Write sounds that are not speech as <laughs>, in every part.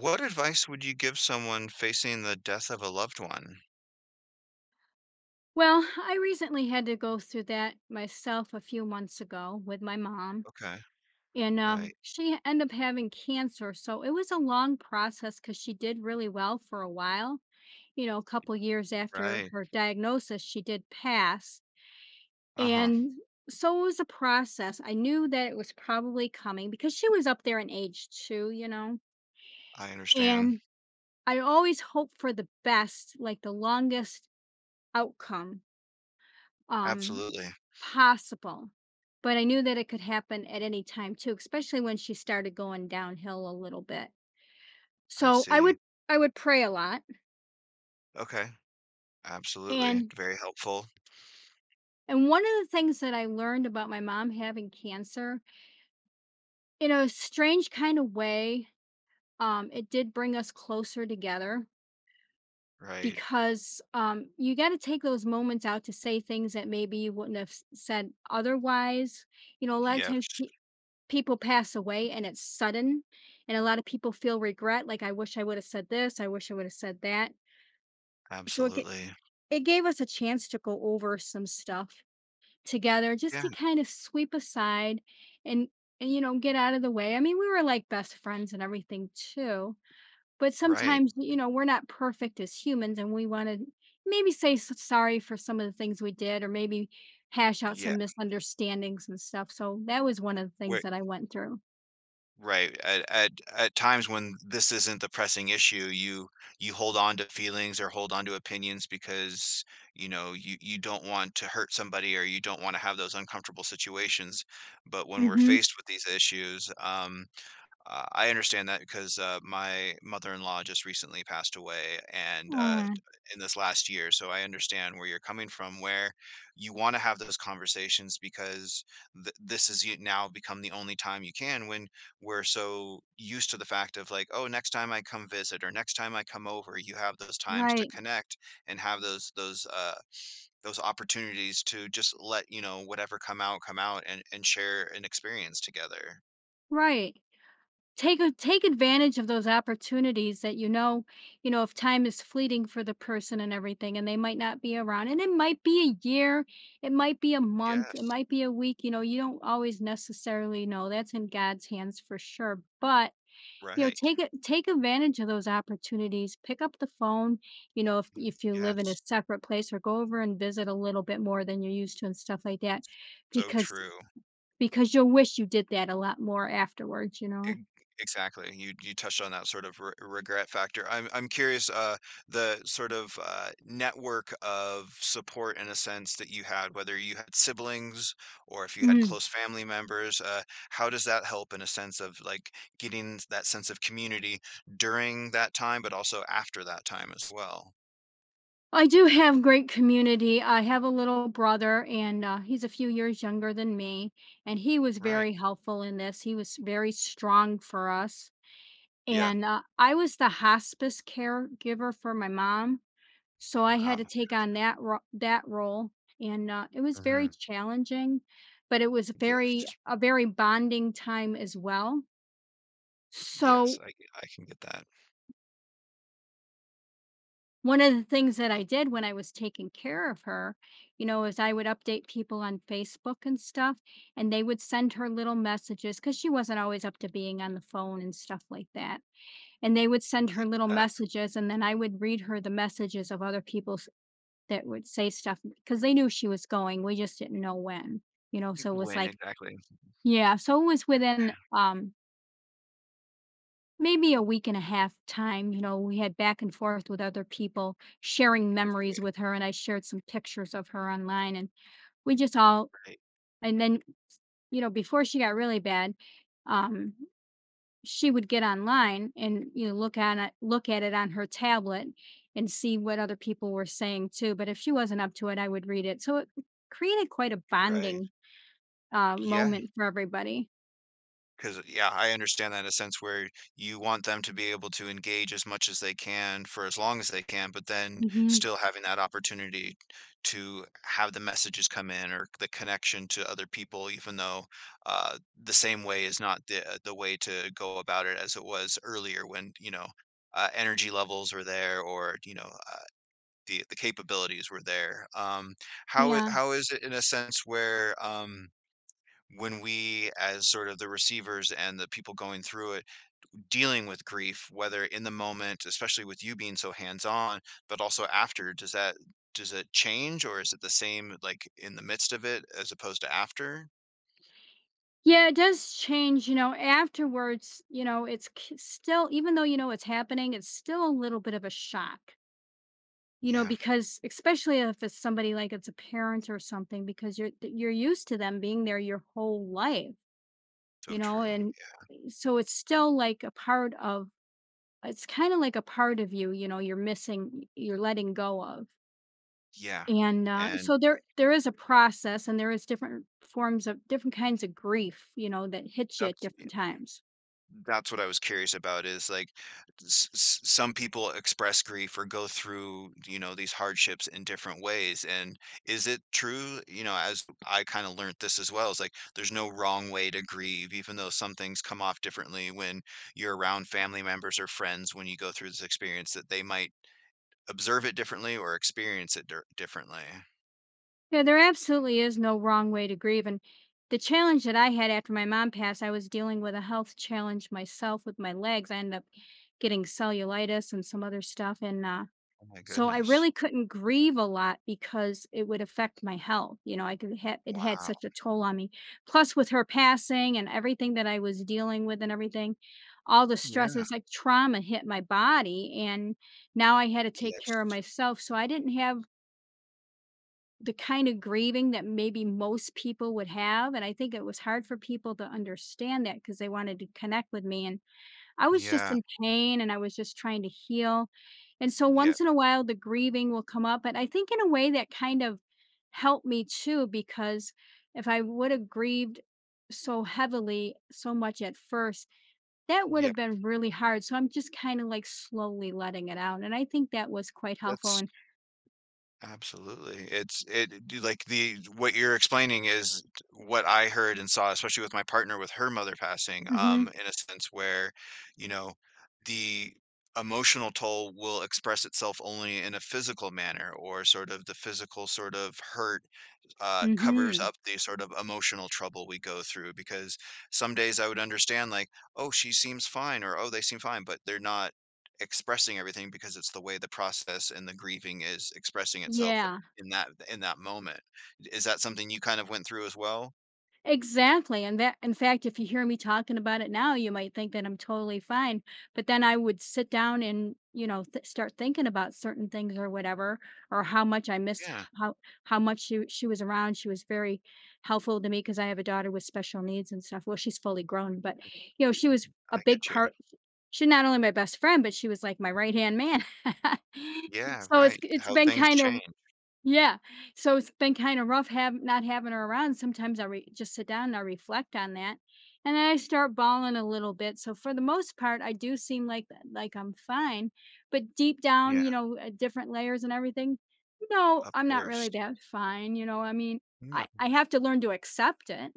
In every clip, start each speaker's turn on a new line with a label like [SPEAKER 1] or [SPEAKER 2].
[SPEAKER 1] What advice would you give someone facing the death of a loved one?
[SPEAKER 2] Well, I recently had to go through that myself a few months ago with my mom.
[SPEAKER 1] Okay,
[SPEAKER 2] And
[SPEAKER 1] right,
[SPEAKER 2] she ended up having cancer. So it was a long process because she did really well for a while. You know, a couple years after
[SPEAKER 1] right.
[SPEAKER 2] her diagnosis, she did pass.
[SPEAKER 1] Uh-huh.
[SPEAKER 2] And so it was a process. I knew that it was probably coming because she was up there in age too, you know.
[SPEAKER 1] I understand.
[SPEAKER 2] And I always hope for the best, like the longest outcome. Um,
[SPEAKER 1] Absolutely.
[SPEAKER 2] Possible, but I knew that it could happen at any time too, especially when she started going downhill a little bit.
[SPEAKER 1] I
[SPEAKER 2] So I
[SPEAKER 1] see.
[SPEAKER 2] would I would pray a lot,
[SPEAKER 1] Okay, absolutely.
[SPEAKER 2] and
[SPEAKER 1] Very helpful,
[SPEAKER 2] and one of the things that I learned about my mom having cancer, in a strange kind of way, it did bring us closer together
[SPEAKER 1] right?
[SPEAKER 2] because you got to take those moments out to say things that maybe you wouldn't have said otherwise. You know, a lot of
[SPEAKER 1] Yep,
[SPEAKER 2] times people pass away and it's sudden, and a lot of people feel regret, like, "I wish I woulda said this, I wish I woulda said that." So it ga
[SPEAKER 1] absolutely.
[SPEAKER 2] it gave us a chance to go over some stuff together just
[SPEAKER 1] Yeah,
[SPEAKER 2] to kind of sweep aside and and get out of the way. I mean, we were like best friends and everything too, but
[SPEAKER 1] right.
[SPEAKER 2] sometimes, you know, we're not perfect as humans, and we wanna maybe say s sorry for some of the things we did or maybe hash out
[SPEAKER 1] Yeah.
[SPEAKER 2] some misunderstandings and stuff, so that was one of the things that I went through.
[SPEAKER 1] Right. At times when this isn't the pressing issue, you hold on to feelings or hold on to opinions because, you know, you don't want to hurt somebody or you don't want to have those uncomfortable situations. But when we're
[SPEAKER 2] Mhm.
[SPEAKER 1] faced with these issues, I understand that because my mother-in-law just recently passed away, and
[SPEAKER 2] Mm,
[SPEAKER 1] in this last year, so I understand where you're coming from. Where you want to have those conversations because this has now become the only time you can, when we're so used to the fact of like, oh, next time I come visit or next time I come over, you have those times to
[SPEAKER 2] right,
[SPEAKER 1] connect and have those those opportunities to just let you know whatever come out and share an experience together.
[SPEAKER 2] right. Take advantage of those opportunities that you know, if time is fleeting for the person and everything, and they might not be around. And it might be a year, it might be a month, it
[SPEAKER 1] Yes,
[SPEAKER 2] might be a week, you know, you don't always necessarily know. That's in God's hands for sure. But you know,
[SPEAKER 1] right.
[SPEAKER 2] take advantage of those opportunities. Pick up the phone, you know,
[SPEAKER 1] Mhm.
[SPEAKER 2] if you live in a
[SPEAKER 1] Yes,
[SPEAKER 2] separate place or go over and visit a little bit more than you're used to and stuff like that.
[SPEAKER 1] so
[SPEAKER 2] Because
[SPEAKER 1] true.
[SPEAKER 2] Because you'll wish you did that a lot more afterwards, you know?
[SPEAKER 1] Ex exactly, you touched on that sort of re regret factor. I'm curious, the sort of, network of support in a sense that you had, whether you had siblings or if you had
[SPEAKER 2] Mm.
[SPEAKER 1] close family members, how does that help in a sense of, like, getting that sense of community during that time, but also after that time as well?
[SPEAKER 2] I do have great community. I have a little brother, and he's a few years younger than me, and he was
[SPEAKER 1] Right,
[SPEAKER 2] very helpful in this. He was very strong for us,
[SPEAKER 1] yeah,
[SPEAKER 2] and I was the hospice caregiver for my mom, so I had
[SPEAKER 1] wow.
[SPEAKER 2] to take on that role, and it was very
[SPEAKER 1] Mhm.
[SPEAKER 2] challenging, but it was
[SPEAKER 1] Yes,
[SPEAKER 2] very bonding time as well.
[SPEAKER 1] yes,
[SPEAKER 2] So
[SPEAKER 1] I can get that,
[SPEAKER 2] one of the things that I did when I was taking care of her, you know, is I would update people on Facebook and stuff, and they would send her little messages because she wasn't always up to being on the phone and stuff like that. And they would send her
[SPEAKER 1] get
[SPEAKER 2] little
[SPEAKER 1] that
[SPEAKER 2] messages, and then I would read her the messages of other people that would say stuff because they knew she was going. We just didn't know when, you know, so it was
[SPEAKER 1] when
[SPEAKER 2] like,
[SPEAKER 1] exactly,
[SPEAKER 2] yeah. So it was within maybe a week and a half time. You know, we had back and forth with other people sharing
[SPEAKER 1] I see,
[SPEAKER 2] memories with her, and I shared some pictures of her online, and we just all.
[SPEAKER 1] right.
[SPEAKER 2] And then, you know, before she got really bad, um she would get online, and, you know, look at it on her tablet and see what other people were saying too. But if she wasn't up to it, I would read it, so it created quite a
[SPEAKER 1] Right.
[SPEAKER 2] bonding
[SPEAKER 1] Yeah,
[SPEAKER 2] moment for everybody.
[SPEAKER 1] because yeah, I understand that in a sense where you want them to be able to engage as much as they can for as long as they can, but then
[SPEAKER 2] Hmm.
[SPEAKER 1] still having that opportunity to have the messages come in or the connection to other people, even though the same way is not the the way to go about it as it was earlier when, you know, energy levels were there or, you know, the capabilities were there. How
[SPEAKER 2] Yeah.
[SPEAKER 1] how is it in a sense where when we, as sort of the receivers and the people going through it, dealing with grief, whether in the moment, especially with you being so hands on, but also after, does that, does it change or is it the same, like in the midst of it as opposed to after?
[SPEAKER 2] Yeah, it does change, you know, afterwards. You know, it's k still, even though you know it's happening, it's still a little bit of a shock, you know,
[SPEAKER 1] Yeah,
[SPEAKER 2] because especially if it's somebody like it's a parent or something, because you're th you're used to them being there your whole life,
[SPEAKER 1] so
[SPEAKER 2] you know.
[SPEAKER 1] true,
[SPEAKER 2] And
[SPEAKER 1] yeah.
[SPEAKER 2] eh, so it's still like a part of it's kinda like a part of you, you know, you're missing you're letting go of.
[SPEAKER 1] Yeah,
[SPEAKER 2] And
[SPEAKER 1] and
[SPEAKER 2] so there is a process, and there is different forms of different kinds of grief, you know, that hits you at
[SPEAKER 1] that's
[SPEAKER 2] different times.
[SPEAKER 1] That's what I was curious about, is like s s some people express grief or go through, you know, these hardships in different ways. And is it true, you know, as I kind of learned this as well, is like there's no wrong way to grieve, even though some things come off differently when you're around family members or friends when you go through this experience, that they might observe it differently or experience it dir differently.
[SPEAKER 2] Yeah, there absolutely is no wrong way to grieve. And the challenge that I had after my mom passed, I was dealing with a health challenge myself with my legs. I ended up getting cellulitis and some other stuff. And
[SPEAKER 1] Oh my
[SPEAKER 2] so I
[SPEAKER 1] goodness.
[SPEAKER 2] really couldn't grieve a lot because it would affect my health. You know, it had
[SPEAKER 1] Wow.
[SPEAKER 2] such a toll on me. Plus, with her passing and everything that I was dealing with and everything, all the stress, it
[SPEAKER 1] Yeah.
[SPEAKER 2] was like trauma hit my body. And now I had to take
[SPEAKER 1] Yes.
[SPEAKER 2] care of myself. So I didn't have the kind of grieving that maybe most people would have, and I think it was hard for people to understand that because they wanted to connect with me, and I was just
[SPEAKER 1] Yeah.
[SPEAKER 2] in pain, and I was just trying to heal. And so
[SPEAKER 1] Yeah.
[SPEAKER 2] once in a while, the grieving will come up, but I think in a way that kind of helped me too, because if I would've grieved so heavily, so much at first, that
[SPEAKER 1] Yep.
[SPEAKER 2] would have
[SPEAKER 1] Yep.
[SPEAKER 2] been really hard. So I'm just kinda, like, slowly letting it out, and I think that was quite helpful.
[SPEAKER 1] That's,
[SPEAKER 2] And
[SPEAKER 1] absolutely. It's it do like the what you're explaining is what I heard and saw, especially with my partner with her mother passing,
[SPEAKER 2] mhm,
[SPEAKER 1] in a sense where, you know, the emotional toll will express itself only in a physical manner or sort of the physical sort of hurt covers
[SPEAKER 2] mhm,
[SPEAKER 1] up the sort of emotional trouble we go through because some days I would understand like, oh, she seems fine or oh, they seem fine, but they're not expressing everything because it's the way the process and the grieving is expressing itself
[SPEAKER 2] yeah.
[SPEAKER 1] in that moment. Is that something you kind of went through as well?
[SPEAKER 2] Exactly, and that, in fact, if you hear me talking about it now, you might think that I'm totally fine, but then I would sit down and, you know, start thinking about certain things or whatever, or
[SPEAKER 1] Yeah,
[SPEAKER 2] how how much she was around. She was very helpful to me because I have a daughter with special needs and stuff. Well, she's fully grown, but you know, she was a
[SPEAKER 1] I
[SPEAKER 2] big
[SPEAKER 1] get you.
[SPEAKER 2] part. She not only my best friend, but she was like my right hand man. <laughs>
[SPEAKER 1] Yeah,
[SPEAKER 2] So it's
[SPEAKER 1] right.
[SPEAKER 2] it's
[SPEAKER 1] How
[SPEAKER 2] been
[SPEAKER 1] things
[SPEAKER 2] kind of
[SPEAKER 1] change.
[SPEAKER 2] yeah. So it's been kind of rough, have not having her around. Sometimes just sit down and I reflect on that, and then I start bawling a little bit. So for the most part, I do seem like I'm fine, but deep down,
[SPEAKER 1] Yeah,
[SPEAKER 2] you know, different layers and everything. No,
[SPEAKER 1] of
[SPEAKER 2] I'm not really
[SPEAKER 1] course.
[SPEAKER 2] that fine. You know, I mean,
[SPEAKER 1] No.
[SPEAKER 2] I have to learn to accept it.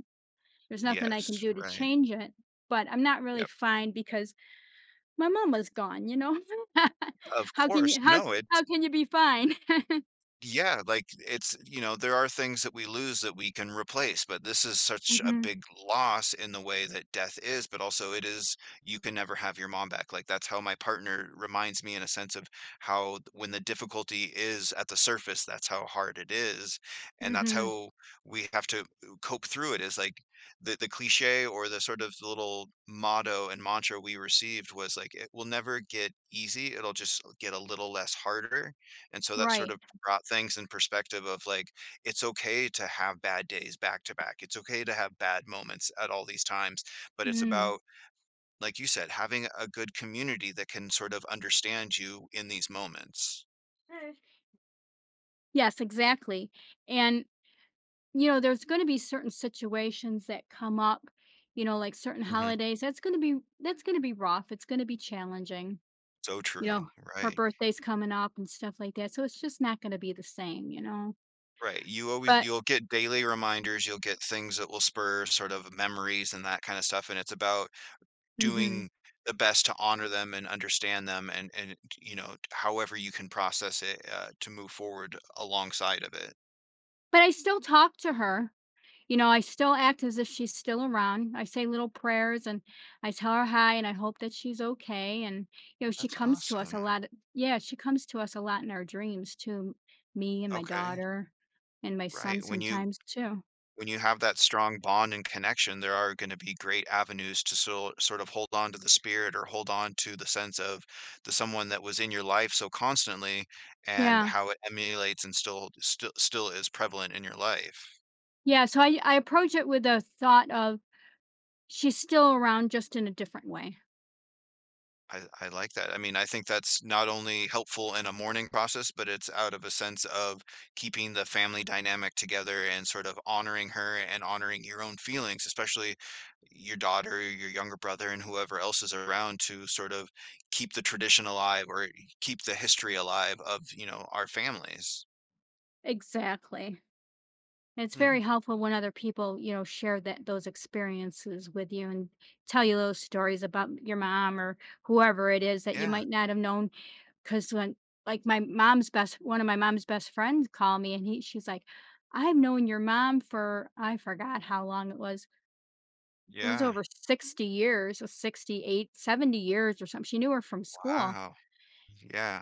[SPEAKER 2] There's nothing I can
[SPEAKER 1] Yes,
[SPEAKER 2] do to
[SPEAKER 1] right.
[SPEAKER 2] change it, but I'm not really
[SPEAKER 1] Yep.
[SPEAKER 2] fine because my mama's gone. You know, <laughs>
[SPEAKER 1] Of
[SPEAKER 2] how can
[SPEAKER 1] course.
[SPEAKER 2] you how
[SPEAKER 1] No, it.
[SPEAKER 2] how can you be fine? <laughs>
[SPEAKER 1] Yeah, like it's, you know, there are things that we lose that we can replace, but this is such a
[SPEAKER 2] Hmm.
[SPEAKER 1] big loss in the way that death is, but also it is, you can never have your mom back. Like that's how my partner reminds me in a sense of how when the difficulty is at the surface, that's how hard it is. And that's
[SPEAKER 2] Hmm.
[SPEAKER 1] how we have to cope through it, is like the cliche or the sort of little motto and mantra we received was like, it will never get easy. It'll just get a little less harder, and so that sort
[SPEAKER 2] Right.
[SPEAKER 1] of brought things in perspective of like, it's okay to have bad days back to back. It's okay to have bad moments at all these times. But it's
[SPEAKER 2] Mm.
[SPEAKER 1] about, like you said, having a good community that can sort of understand you in these moments.
[SPEAKER 2] Mm. Yes, exactly. And, you know, there's going to be certain situations that come up, you know, like certain
[SPEAKER 1] Hmm.
[SPEAKER 2] holidays. That's going to be rough. It's going to be challenging.
[SPEAKER 1] So
[SPEAKER 2] You
[SPEAKER 1] true.
[SPEAKER 2] know, her
[SPEAKER 1] Right.
[SPEAKER 2] birthday's coming up and stuff like that. So it's just not going to be the same, you know.
[SPEAKER 1] Right. You always,
[SPEAKER 2] But
[SPEAKER 1] you'll get daily reminders, you'll get things that will spur sort of memories and that kind of stuff. And it's about
[SPEAKER 2] mhm.
[SPEAKER 1] doing the best to honor them and understand them, and, you know, however you can process it to move forward alongside of it.
[SPEAKER 2] But I still talk to her. You know, I still act as if she's still around. I say little prayers, and I tell her hi, and I hope that she's okay. And, you know, she
[SPEAKER 1] That's
[SPEAKER 2] comes to us
[SPEAKER 1] awesome.
[SPEAKER 2] a lot. Yeah, she comes to us a lot in our dreams too. Me and my
[SPEAKER 1] Okay,
[SPEAKER 2] daughter, and my son
[SPEAKER 1] right. When you,
[SPEAKER 2] sometimes too.
[SPEAKER 1] when you have that strong bond and connection, there are gonna be great avenues to sort of hold on to the spirit or hold on to the sense of the someone that was in your life so constantly and
[SPEAKER 2] Yeah.
[SPEAKER 1] how it emulates and still is prevalent in your life.
[SPEAKER 2] Yeah. So I approach it with the thought of she's still around, just in a different way.
[SPEAKER 1] I like that. I mean, I think that's not only helpful in a mourning process, but it's out of a sense of keeping the family dynamic together and sort of honoring her and honoring your own feelings, especially your daughter, your younger brother, and whoever else is around to sort of keep the tradition alive or keep the history alive of, you know, our families.
[SPEAKER 2] Exactly. And it's very
[SPEAKER 1] Hmm.
[SPEAKER 2] helpful when other people, you know, share that those experiences with you and tell you those stories about your mom, or whoever it is that you
[SPEAKER 1] Yeah.
[SPEAKER 2] might not have known. Because when, like, one of my mom's best friends called me, and she's like, "I've known your mom for I forgot how long it was. It was
[SPEAKER 1] Yeah.
[SPEAKER 2] over 60 years, or 68, 70 years, or something. She knew her from school."
[SPEAKER 1] Wow.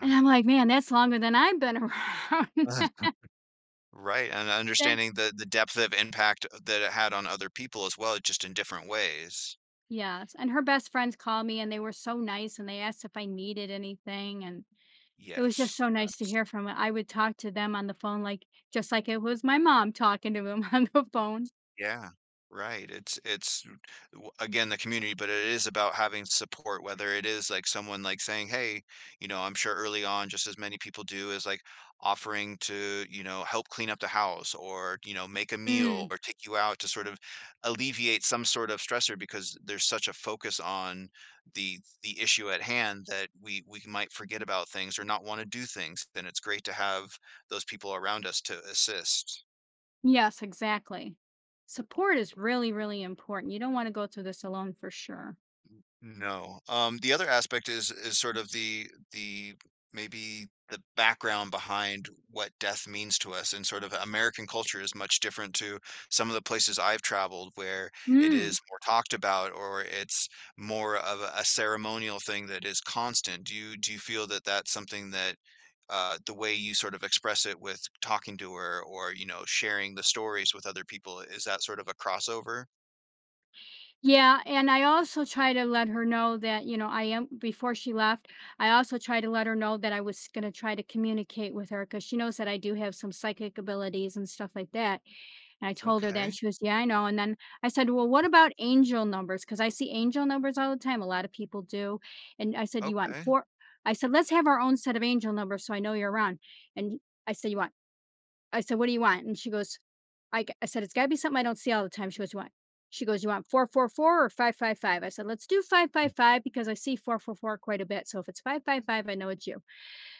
[SPEAKER 2] And I'm like, "Man, that's longer than I've been around."
[SPEAKER 1] Uh,
[SPEAKER 2] <laughs>
[SPEAKER 1] right. And
[SPEAKER 2] That
[SPEAKER 1] understanding the depth of impact that it had on other people as well, just in different ways.
[SPEAKER 2] Yes, and her best friends called me, and they were so nice, and they asked if I needed anything, and it was just
[SPEAKER 1] Yes,
[SPEAKER 2] so nice to
[SPEAKER 1] that's,
[SPEAKER 2] hear from 'em. I would talk to them on the phone like just like it was my mom talking to 'em. <laughs> On the phone.
[SPEAKER 1] yeah, right, it's w again, the community, but it is about having support, whether it is, like, someone, like, saying, "Hey," you know, I'm sure early on, just as many people do, is, like, offering to, you know, help clean up the house or, you know, make a meal
[SPEAKER 2] Mm,
[SPEAKER 1] or take you out to sort of alleviate some sort of stressor because there's such a focus on the issue at hand that we might forget about things or not wanna do things. Then it's great to have those people around us to assist.
[SPEAKER 2] yes, exactly. Support is really, really important. You don't wanna go through this alone for sure.
[SPEAKER 1] No, the other aspect is sort of the maybe the background behind what death means to us, and sort of American culture is much different to some of the places I've traveled where it
[SPEAKER 2] Mm,
[SPEAKER 1] is more talked about or it's more of a ceremonial thing that is constant. Do you feel that that's something that the way you sort of express it with talking to her, or you know sharing the stories with other people, is that sort of a crossover?
[SPEAKER 2] yeah. And I also try to let her know that, you know, I am before she left, I also try to let her know that I was gonna try to communicate with her, because she knows that I do have some psychic abilities and stuff like that. And I told her that, and
[SPEAKER 1] Okay,
[SPEAKER 2] she was, "Yeah, I know." And then I said, "Well, what about angel numbers? Because I see angel numbers all the time, a lot of people do." And I said, "You want
[SPEAKER 1] okay,
[SPEAKER 2] 4" I said, "Let's have our own set of angel numbers so I know you're around." And I said, "You want" I said, "What do you want?" And she goes, I said, "It's gotta be something I don't see all the time." She goes, "You want" she goes, "You want 444 or 555?" I said, "Let's do 555 because I see 444 quite a bit. So if it's 555, I know it's you."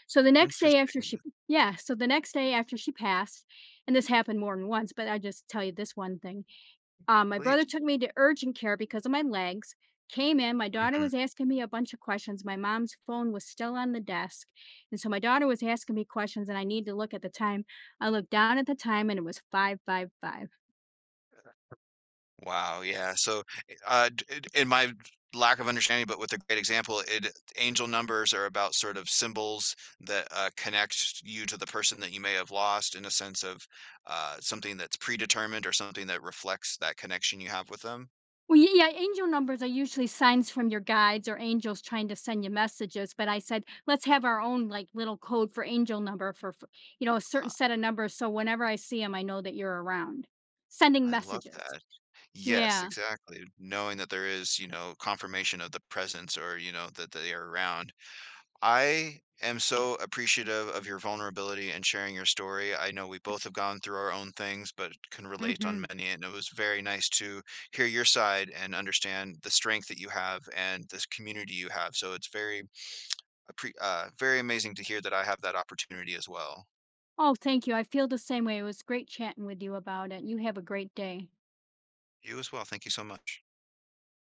[SPEAKER 2] So the next day after she
[SPEAKER 1] interesting.
[SPEAKER 2] Yeah, so the next day after she passed, and this happened more than once, but I just tell you this one thing. My
[SPEAKER 1] Please.
[SPEAKER 2] brother took me to urgent care because of my legs. Came in, my daughter
[SPEAKER 1] Mhm.
[SPEAKER 2] was asking me a bunch of questions. My mom's phone was still on the desk. And so my daughter was asking me questions, and I need to look at the time. I looked down at the time, and it was 555.
[SPEAKER 1] Wow, yeah, so, eh, d d in my lack of understanding, but with a great example, it, angel numbers are about sort of symbols that, connect you to the person that you may have lost in a sense of, something that's predetermined or something that reflects that connection you have with them.
[SPEAKER 2] Well, y yeah, angel numbers are usually signs from your guides or angels trying to send you messages, but I said, "Let's have our own, like, little code for angel number for" you know, a certain
[SPEAKER 1] Ah,
[SPEAKER 2] set of numbers, so whenever I see them, I know that you're around. Sending
[SPEAKER 1] I love
[SPEAKER 2] messages.
[SPEAKER 1] that. Yes,
[SPEAKER 2] Yeah.
[SPEAKER 1] exactly, knowing that there is, you know, confirmation of the presence or, you know, that they are around. I am so appreciative of your vulnerability and sharing your story. I know we both have gone through our own things, but can relate on
[SPEAKER 2] Mhm.
[SPEAKER 1] many. And it was very nice to hear your side and understand the strength that you have and this community you have. So it's very, very amazing to hear that I have that opportunity as well.
[SPEAKER 2] Oh, thank you, I feel the same way. It was great chatting with you about it. You have a great day.
[SPEAKER 1] You as well. Thank you so much.